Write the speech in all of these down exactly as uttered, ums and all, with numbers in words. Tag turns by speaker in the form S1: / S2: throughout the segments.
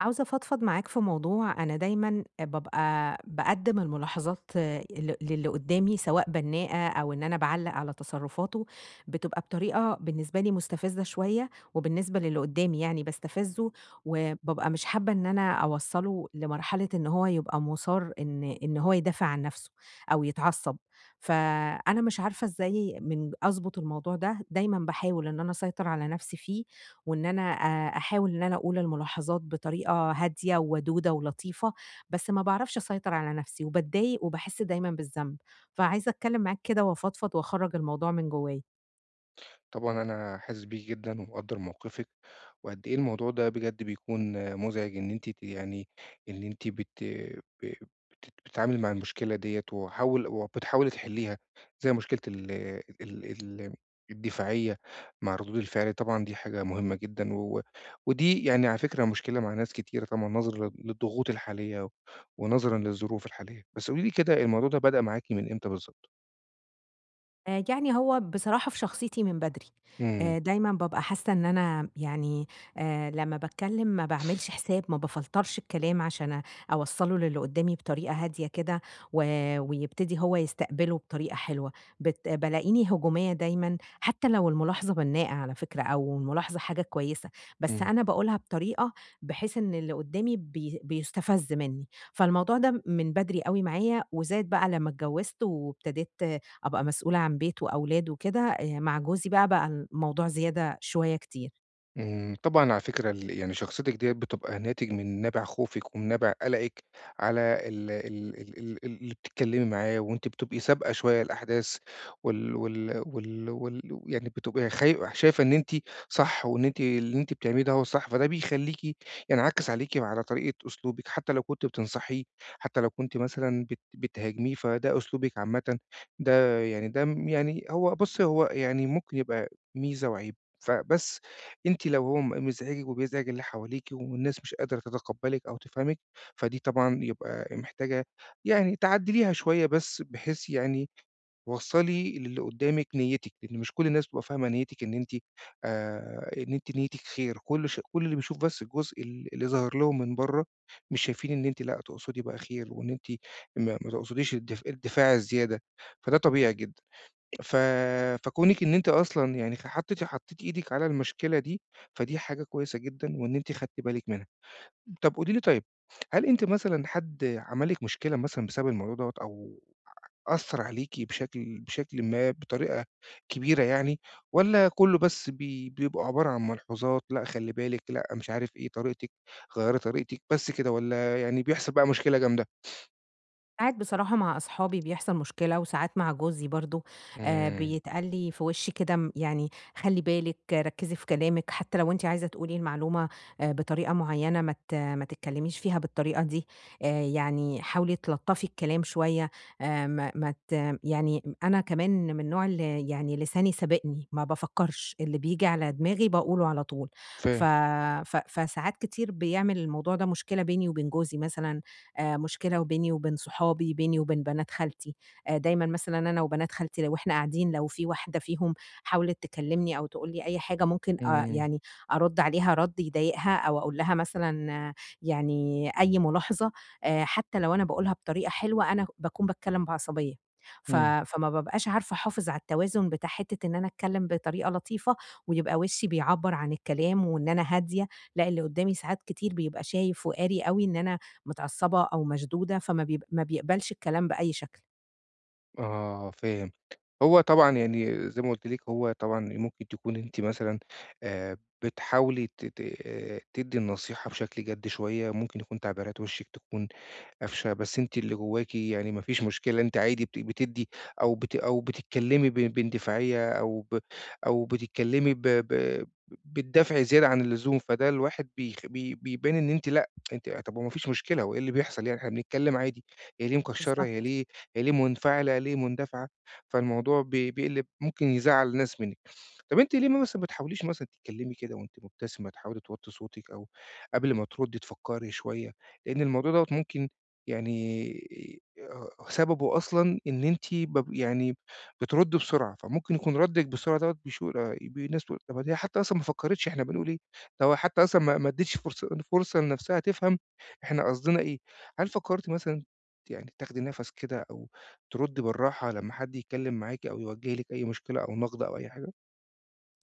S1: عاوزة أفضفض معاك في موضوع، أنا دايمًا بابقى باقدّم الملاحظات ل للي قدّامي سواء بنّاءة أو إن أنا باعلّق على تصرفاته، بتبقى بطريقة بالنسبة لي مستفزة شوية، وبالنسبة للي قدّامي يعني باستفزه، وبابقى مش حابة إن أنا أوصّله لمرحلة إن هو يبقى مُصَر إن إن هو يدافع عن نَفْسه أو يتعصّب، فأنا مش عارفة إزاي من أضبط الموضوع ده، دايمًا باحاول إن أنا أسيطر على نَفْسي فيه وإن أنا آآ أحاول إن أنا أقول الملاحظات بطريقة هادية وودودة ولطيفة، بس ما باعرفش أسيطر على نفسي وباتضايق وباحس دايمًا بالذنب، فعايزة أتكلم معاك كده وأفضفض وأخرّج الموضوع من جوايا.
S2: طبعًا أنا حاسس بيكِ جدًا ومقدّر موقفِك، وقد إيه الموضوع ده بجد بيكون مزعج إن أنتِ ت يعني إن أنتِ بت ب بت بتتعاملي مع المشكلة ديّة وحاول وبتحاولي تحلّيها، زي مشكلة ال ال ال الدفاعية مع ردود الفعل، طبعًا دي حاجة مهمة جدًا و ودي يعني على فكرة مشكلة مع ناس كتيرة طبعًا نظرًا للضغوط الحالية ونظرًا للظروف الحالية. بس قولي لي كده الموضوع ده بدأ معاكِ من إمتى بالضبط؟
S1: آآ يعني هو بصراحة في شخصيتي من بدري،
S2: إمم،
S1: آآ دايمًا بابقى حاسة إن أنا يعني آآ لمّا باتكلّم ما باعملش حساب، ما بافلترش الكلام عشان أوصّله للي قدّامي بطريقة هادية كده و ويبتدي هو يستقبله بطريقة حلوة، بت بالاقيني هجومية دايمًا، حتى لو الملاحظة بنّاءة على فكرة أو الملاحظة حاجة كويسة، بس
S2: إمم.
S1: أنا باقولها بطريقة بحيث إن اللي قدّامي بي بيستفز منّي، فالموضوع ده من بدري أوي معايا وزاد بقى لمّا اتجوّزت وابتديت أبقى مسؤولة عن بيت وأولاد وكده، آآ مع جوزي بقى، بقى الموضوع زيادة شوية كتير.
S2: إمم، طبعًا على فكرة ال يعني شخصيتِك ديّة بتبقى ناتج من نابع خوفِك ومن نابع قلقِك على ال ال ال ال ال- اللي بتتكلّمي معاه، وأنتِ بتبقي سابقة شوية الأحداث وال وال وال وال يعني بتبقي خاي شايفة إن أنتِ صح وإن أنتِ اللي أنتِ بتعمليه ده هو الصح، فده بيخلّيكِ يعني عاكِس عليكِ وعلى طريقة أسلوبِك حتى لو كنتِ بتنصحيه، حتى لو كنتِ مثلًا بت بتهاجميه، فده أسلوبِك عامةً ده يعني ده م يعني هو بُصّي، هو يعني ممكن يبقى ميزة وعيب، فبس أنتِ لو هو م مزعجِك وبيزعج اللي حواليكِ والناس مش قادرة تتقبّلِك أو تفهمِك، فدي طبعًا يبقى محتاجة يعني تعدّليها شوية بس بحيث يعني توصّلي للي قدّامِك نيّتِك، لإن مش كل الناس بتبقى فاهمة نيّتِك إن أنتِ آآ إن أنتِ نيّتِك خير، كل ش كل اللي بيشوف بس الجزء ال اللي ظاهر لهم من برّه، مش شايفين إن أنتِ لأ، تقصدي بقى خير وإن أنتِ ما ما تقصديش الدف الدفاع الزيادة، فده طبيعي جدًا. ف فكونِك إن أنتِ أصلًا يعني خ حطيتِ حطيتِ إيدِك على المشكلة دي، فدي حاجة كويسة جدًا وإن أنتِ خدتِ بالِك منها. طب قولي لي طيب، هل أنتِ مثلًا حد عمل لِك مشكلة مثلًا بسبب الموضوع دوّة أو أثّر عليكِ بشكل بشكل ما بطريقة كبيرة يعني، والّا كُلّه بس بي بيبقى عبارة عن ملحوظات، لأ خلّي بالِك، لأ مش عارف إيه، طريقتِك، غيّري طريقتِك، بس كده والّا يعني بيحصل بقى مشكلة جامدة؟
S1: ساعات بصراحة مع أصحابي بيحصل مشكلة، وساعات مع جوزي برضه، آآ،
S2: إمم.
S1: بيتقال لي في وشي كده م يعني خلّي بالِك، آه، ركّزي في كلامِك، حتى لو أنتِ عايزة تقولي المعلومة آآ، بطريقة معيّنة ما ت ما تتكلميش فيها بالطريقة دي، آآ، يعني حاولي تلطّفي الكلام شوية، آآ، ما ما ت يعني أنا كمان من النوع اللي يعني لساني سابقني، ما بافكّرش، اللي بييجي على دماغي باقوله على طول. ف
S2: فاهم.
S1: ف فساعات كتير بيعمل الموضوع ده مشكلة بيني وبين جوزي مثلًا، آآ مشكلة وبيني وبين صحابي، بيني وبين بنات خالتي. آآ دايمًا مثلًا أنا وبنات خالتي لو إحنا قاعدين لو في واحدة فيهم حاولت تكلمني أو تقول لي أي حاجة، ممكن آآ
S2: إمم،
S1: يعني أرُدّ عليها رَد يضايقها أو أقول لها مثلًا آه، يعني أي ملاحظة، آآ حتى لو أنا باقولها بطريقة حلوة أنا باكون باتكلم بعصبية. ف
S2: إمم.
S1: فما بابقاش عارفة أحافظ على التوازن بتاع حتة إن أنا أتكلم بطريقة لطيفة ويبقى وشي بيعبّر عن الكلام وإن أنا هادية، لأ اللي قدّامي ساعات كتير بيبقى شايف وقاري أوي إن أنا متعصبة أو مشدودة، فما بيب ما بيقبلش الكلام بأي شكل.
S2: آه، فاهم. هو طبعًا يعني زي ما قُلت لِك هو طبعًا ممكن تكون أنتِ مثلًا آآ بتحاولي ت ت آه، تدّي النصيحة بشكل جَد شوية، ممكن يكون تعبيرات وشِّك تكون قفشة، بس أنتِ اللي جواكِ يعني ما فيش مشكلة، أنتِ عادي بت بتدّي أو بت أو بتتكلّمي ب باندفاعية أو ب أو بتتكلّمي ب ب بتدافعي زيادة عن اللزوم، فده الواحد بيخ بي بيبان إن أنتِ لأ، أنتِ طب هو ما فيش مشكلة، هو إيه اللي بيحصل يعني، إحنا بنتكلّم عادي، هي ليه مكشّرة، هي
S1: بالضبط.
S2: ليه هي ليه منفعلة، ليه مندفعة، فالموضوع بي بيقلب ممكن يزعّل ناس منِّك. طب أنتِ ليه ما مثلًا ما بتحاوليش مثلًا تتكلّمي كده وأنتِ مبتسمة، تحاولي توطّي صوتِك أو قبل ما تردّي تفكّري شوية، لإن الموضوع دوّة ممكن يعني آآ سببه أصلًا إن أنتِ بب يعني بتردّي بسرعة، فممكن يكون ردِّك بالسرعة دوّة بيشو آآ بي الناس تقول طَب هي حتى أصلًا ما فكّرتش إحنا بنقول إيه، ده هو حتى أصلًا ما ما ادّتش فرصة فرصة لنَفْسها تفهم إحنا قصدنا إيه. هل فكّرتِ مثلًا يعني تاخدي نَفَس كده أو تردّي بالراحة لمّا حد يتكلّم معاكِ أو يوجّه لِك أي مشكلة أو نقْد أو أي حاجة؟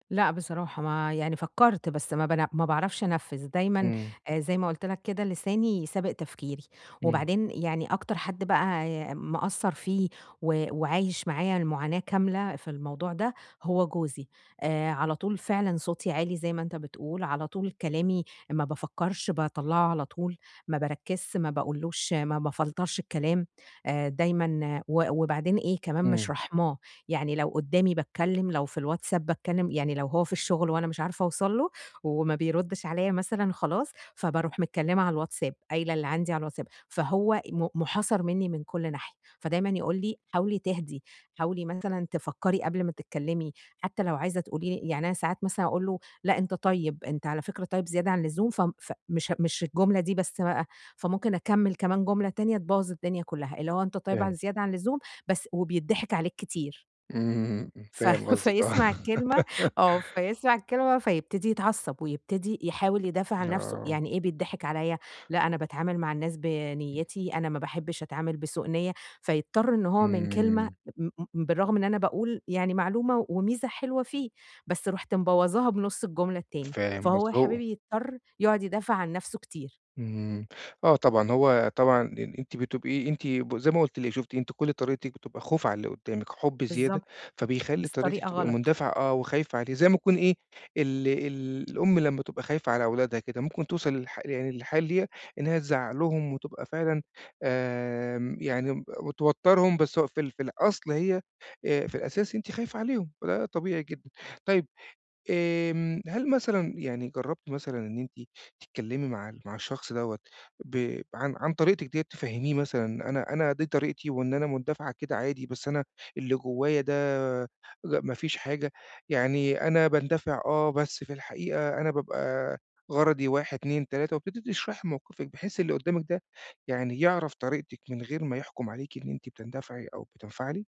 S1: لأ بصراحة ما يعني فكّرت، بس ما بان ما باعرفش أنفّذ، دايمًا
S2: إمم،
S1: آآ زي ما قُلت لك كده لساني سابق تفكيري،
S2: إمم،
S1: وبعدين يعني أكتر حد بقى مأثّر فيه و وعايش معايا المعاناة كاملة في الموضوع ده هو جوزي. آآ على طول فعلًا صوتي عالي زي ما أنت بتقول، على طول كلامي ما بافكّرش باطلّعه على طول، ما باركّزش، ما باقولوش ما بافلترش الكلام. آآ دايمًا آه، و وبعدين إيه كمان مش
S2: إمم،
S1: رحماه. يعني لو قدّامي باتكلّم، لو في الواتساب باتكلّم، يعني لو هو في الشغل وأنا مش عارفة أوصل له وما بيردّش عليّا مثلًا خلاص، فباروح متكلّمة على الواتساب، قايلة اللي عندي على الواتساب، فهو م مُحاصر منّي من كل ناحية، فدايمًا يقول لي: "حاولي تهدي، حاولي مثلًا تفكّري قبل ما تتكلّمي، حتى لو عايزة تقولي لي". يعني أنا ساعات مثلًا أقول له: "لأ أنت طيب، أنت على فكرة طيب زيادة عن اللزوم." ف فمش مش الجملة دي بس بقى، فممكن أكمّل كمان جملة تانية تبوّظ الدنيا كلّها، اللي هو أنت طيب ع
S2: فاهم.
S1: زيادة عن اللزوم، بس وبيتضحك عليك كتير.
S2: إمم، إمم،
S1: ف
S2: فاهم قصدِك
S1: فيسمع
S2: آه.
S1: الكلمة آه، فيسمع الكلمة فيبتدي يتعصب، ويبتدي يحاول يدافع عن نفسه،
S2: آه،
S1: يعني إيه بيتضحك عليَّ، لأ أنا باتعامل مع الناس بنيتي، أنا ما باحبش أتعامل بسوء نية، فيضطر إن هو من كلمة
S2: إمم،
S1: م م بالرغم إن أنا باقول يعني معلومة وميزة حلوة فيه، بس رُحت مبوظاها بنُص الجملة التاني،
S2: فاهم
S1: فهو يا
S2: قصدِك هو
S1: حبيبي يضطر يقعد يدافع عن نفسه كتير،
S2: إمم. آه طبعًا، هو طبعًا إن أنتِ بتبقي أنتِ ب زي ما قُلت لِك، شُفتِ أنتِ كل طريقتِك بتبقى خوف على اللي قُدّامِك، حُب زيادة،
S1: بالضبط،
S2: فبيخلّي
S1: بس
S2: طريقتِك
S1: طريقة
S2: تبقى
S1: غلط.
S2: مندفعة آه، وخايفة عليه، زي ما تكون إيه، ال ال الأم لمّا تبقى خايفة على أولادها كده، ممكن توصل للح يعني للحال ديّة إنها تزعّق لهم وتبقى فعلًا آمم، يعني ب وتوتّرهم، بس هو في ال في الأصل هي آآ، في الأساس أنتِ خايفة عليهم، فده طبيعي جدًا. طيب آمم، هل مثلًا يعني جرّبتِ مثلًا إن أنتِ تتكلّمي مع ال مع الشخص دوّة ب عن عن طريقتِك ديّة تفهّميه مثلًا أنا أنا دي طريقتي وإن أنا مندفعة كده عادي، بس أنا اللي جوّايا ده ج ما فيش حاجة، يعني أنا باندفع آه، بس في الحقيقة أنا بابقى غرضي واحد، اتنين، تلاتة وابتديتِ تشرحي موقفِك بحيث اللي قدّامِك ده يعني يعرف طريقتِك من غير ما يحكُم عليكِ إن أنتِ بتندفعي أو بتنفعلي؟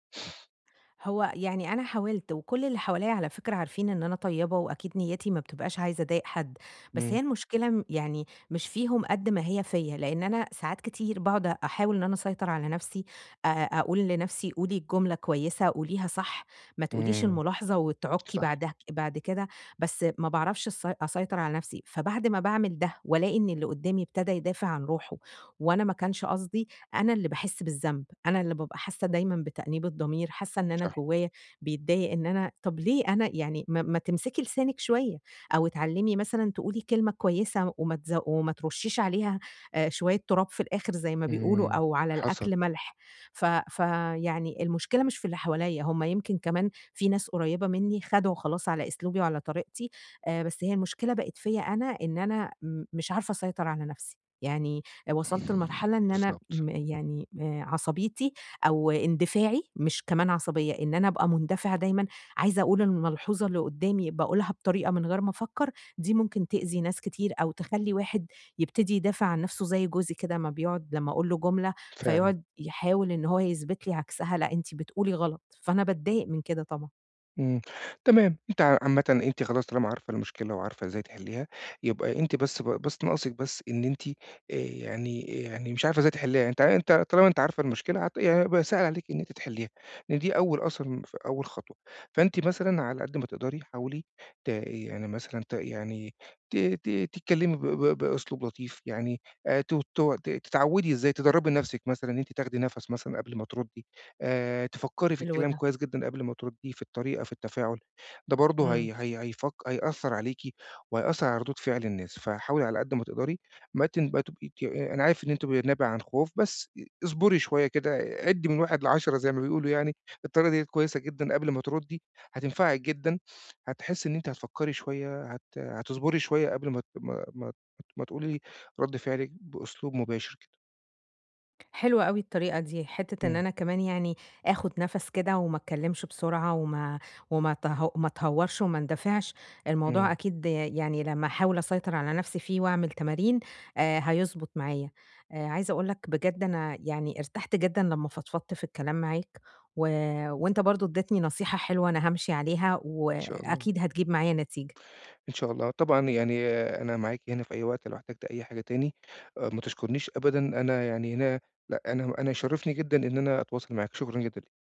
S1: هو يعني أنا حاولت، وكل اللي حواليّا على فكرة عارفين إن أنا طيبة، وأكيد نيّتي ما بتبقاش عايزة أضايق حد، بس
S2: إمم.
S1: هي المشكلة م يعني مش فيهم قد ما هي فيّا، لإن أنا ساعات كتير باقعد أحاول إن أنا أسيطر على نفسي، أ أقول لنفسي قولي الجملة كويسة، قوليها صح، ما تقوليش
S2: إمم.
S1: الملاحظة وتعُكي
S2: صح،
S1: بعدها بعد كده، بس ما باعرفش الس أسيطر على نفسي، فبعد ما باعمل ده، والاقي إن اللي قدامي ابتدى يدافع عن روحه، وأنا ما كانش قصدي، أنا اللي باحس بالذنب، أنا اللي بابقى حاسة دايمًا بتأنيب الضمير، حاسة إن أنا
S2: صح.
S1: جوايا بيتضايق إن أنا طب ليه أنا يعني ما ما تمسكي لسانِك شوية، أو اتعلمي مثلًا تقولي كلمة كويسة وما تز وما ترشيش عليها آآ شوية تراب في الآخر زي ما بيقولوا،
S2: إمم.
S1: أو على
S2: حصل.
S1: الأكل ملح. ف فيعني المشكلة مش في اللي حواليّا، هم يمكن كمان في ناس قريبة مني خدعوا خلاص على أسلوبي وعلى طريقتي، آآ بس هي المشكلة بقت فيّا أنا إن أنا م مش عارفة أسيطر على نفسي، يعني وصلت لمرحلة إن أنا
S2: بالضبط،
S1: م يعني آآ عصبيتي أو اندفاعي مش كمان عصبية، إن أنا أبقى مندفعة دايمًا عايزة أقول الملحوظة اللي قدّامي باقولها بطريقة من غير ما أفكّر، دي ممكن تأذي ناس كتير أو تخلّي واحد يبتدي يدافع عن نَفْسه زي جوزي كده أمّا بيقعد لمّا أقول له جملة
S2: فعلًا،
S1: فيقعد يحاول إن هو يثبت لي عكسها، لأ أنتِ بتقولي غلط، فأنا باتضايق من كده طبعًا.
S2: إمم، تمام، أنتِ ع عامةً أنتِ خلاص طالما عارفة المشكلة وعارفة إزاي تحلّيها، يبقى أنتِ بس ب بس ناقصِك بس إن أنتِ آآ يعني يعني مش عارفة إزاي تحلّيها، أنتِ أنتِ طالما أنتِ عارفة المشكلة هت يعني هيبقى سهل عليكِ إن أنتِ تحلّيها، لإن دي أول أصلًا ف أول خطوة، فأنتِ مثلًا على قد ما تقدري حاولي ت يعني مثلًا ت يعني ت ت تتكلّمي ب ب بأسلوب لطيف، يعني آآ ت ت تتعوّدي إزاي تدرّبي نَفْسِك مثلًا إن أنتِ تاخدي نَفَس مثلًا قبل ما تردّي. آآ تفكّري في
S1: حلو
S2: الكلام
S1: ده.
S2: كويس جدًا قبل ما ترديه، في الطريقة، في التفاعل، ده برضه
S1: إمم.
S2: هي هي هيفك هيأثّر عليكِ وهيأثّر على ردود فعل الناس، فحاولي على قد ما تقدري ما تن ما تبقي ت أنا عارف إن أنتِ نابع عن خوف، بس أ اصبري شوية كده، عدّي من واحد لعشرة زي ما بيقولوا يعني، الطريقة ديّة كويسة جدًا قبل ما تردي، هتنفعِك جدًا، هتحسّي إن أنتِ هتفكّري شوية، هت هتصبري شوية قبل ما ت ما ما ما تقولي رد فعلِك بأسلوب مباشر كده.
S1: حلوة أوي الطريقة دي، حتّة إن
S2: إمم،
S1: أنا كمان يعني آخُد نَفَس كده وما أتكلّمش بسرعة وما وما أته ما أتهوّرش وما اندفعش،
S2: إمم،
S1: الموضوع أكيد يعني لمّا أحاول أسيطر على نَفْسي فيه وأعمل تمارين آآ هيضبط معايا. آآ عايزة أقول لك بجد أنا يعني ارتحت جدًا لمّا فضفضت في الكلام معاك و وأنت برضه ادّيتني نصيحة حلوة أنا هامشي عليها
S2: إن شاء الله.
S1: وأكيد هتجيب معايا نتيجة.
S2: إن شاء الله، طبعًا يعني أنا معاكِ هنا في أي وقت لو احتجتِ أي حاجة تاني، آآ ما تشكرنيش أبدًا، أنا يعني هنا لأ، أنا أنا يشرفني جدًا إن أنا أتواصل معاكِ، شكرًا جدًا ليكِ.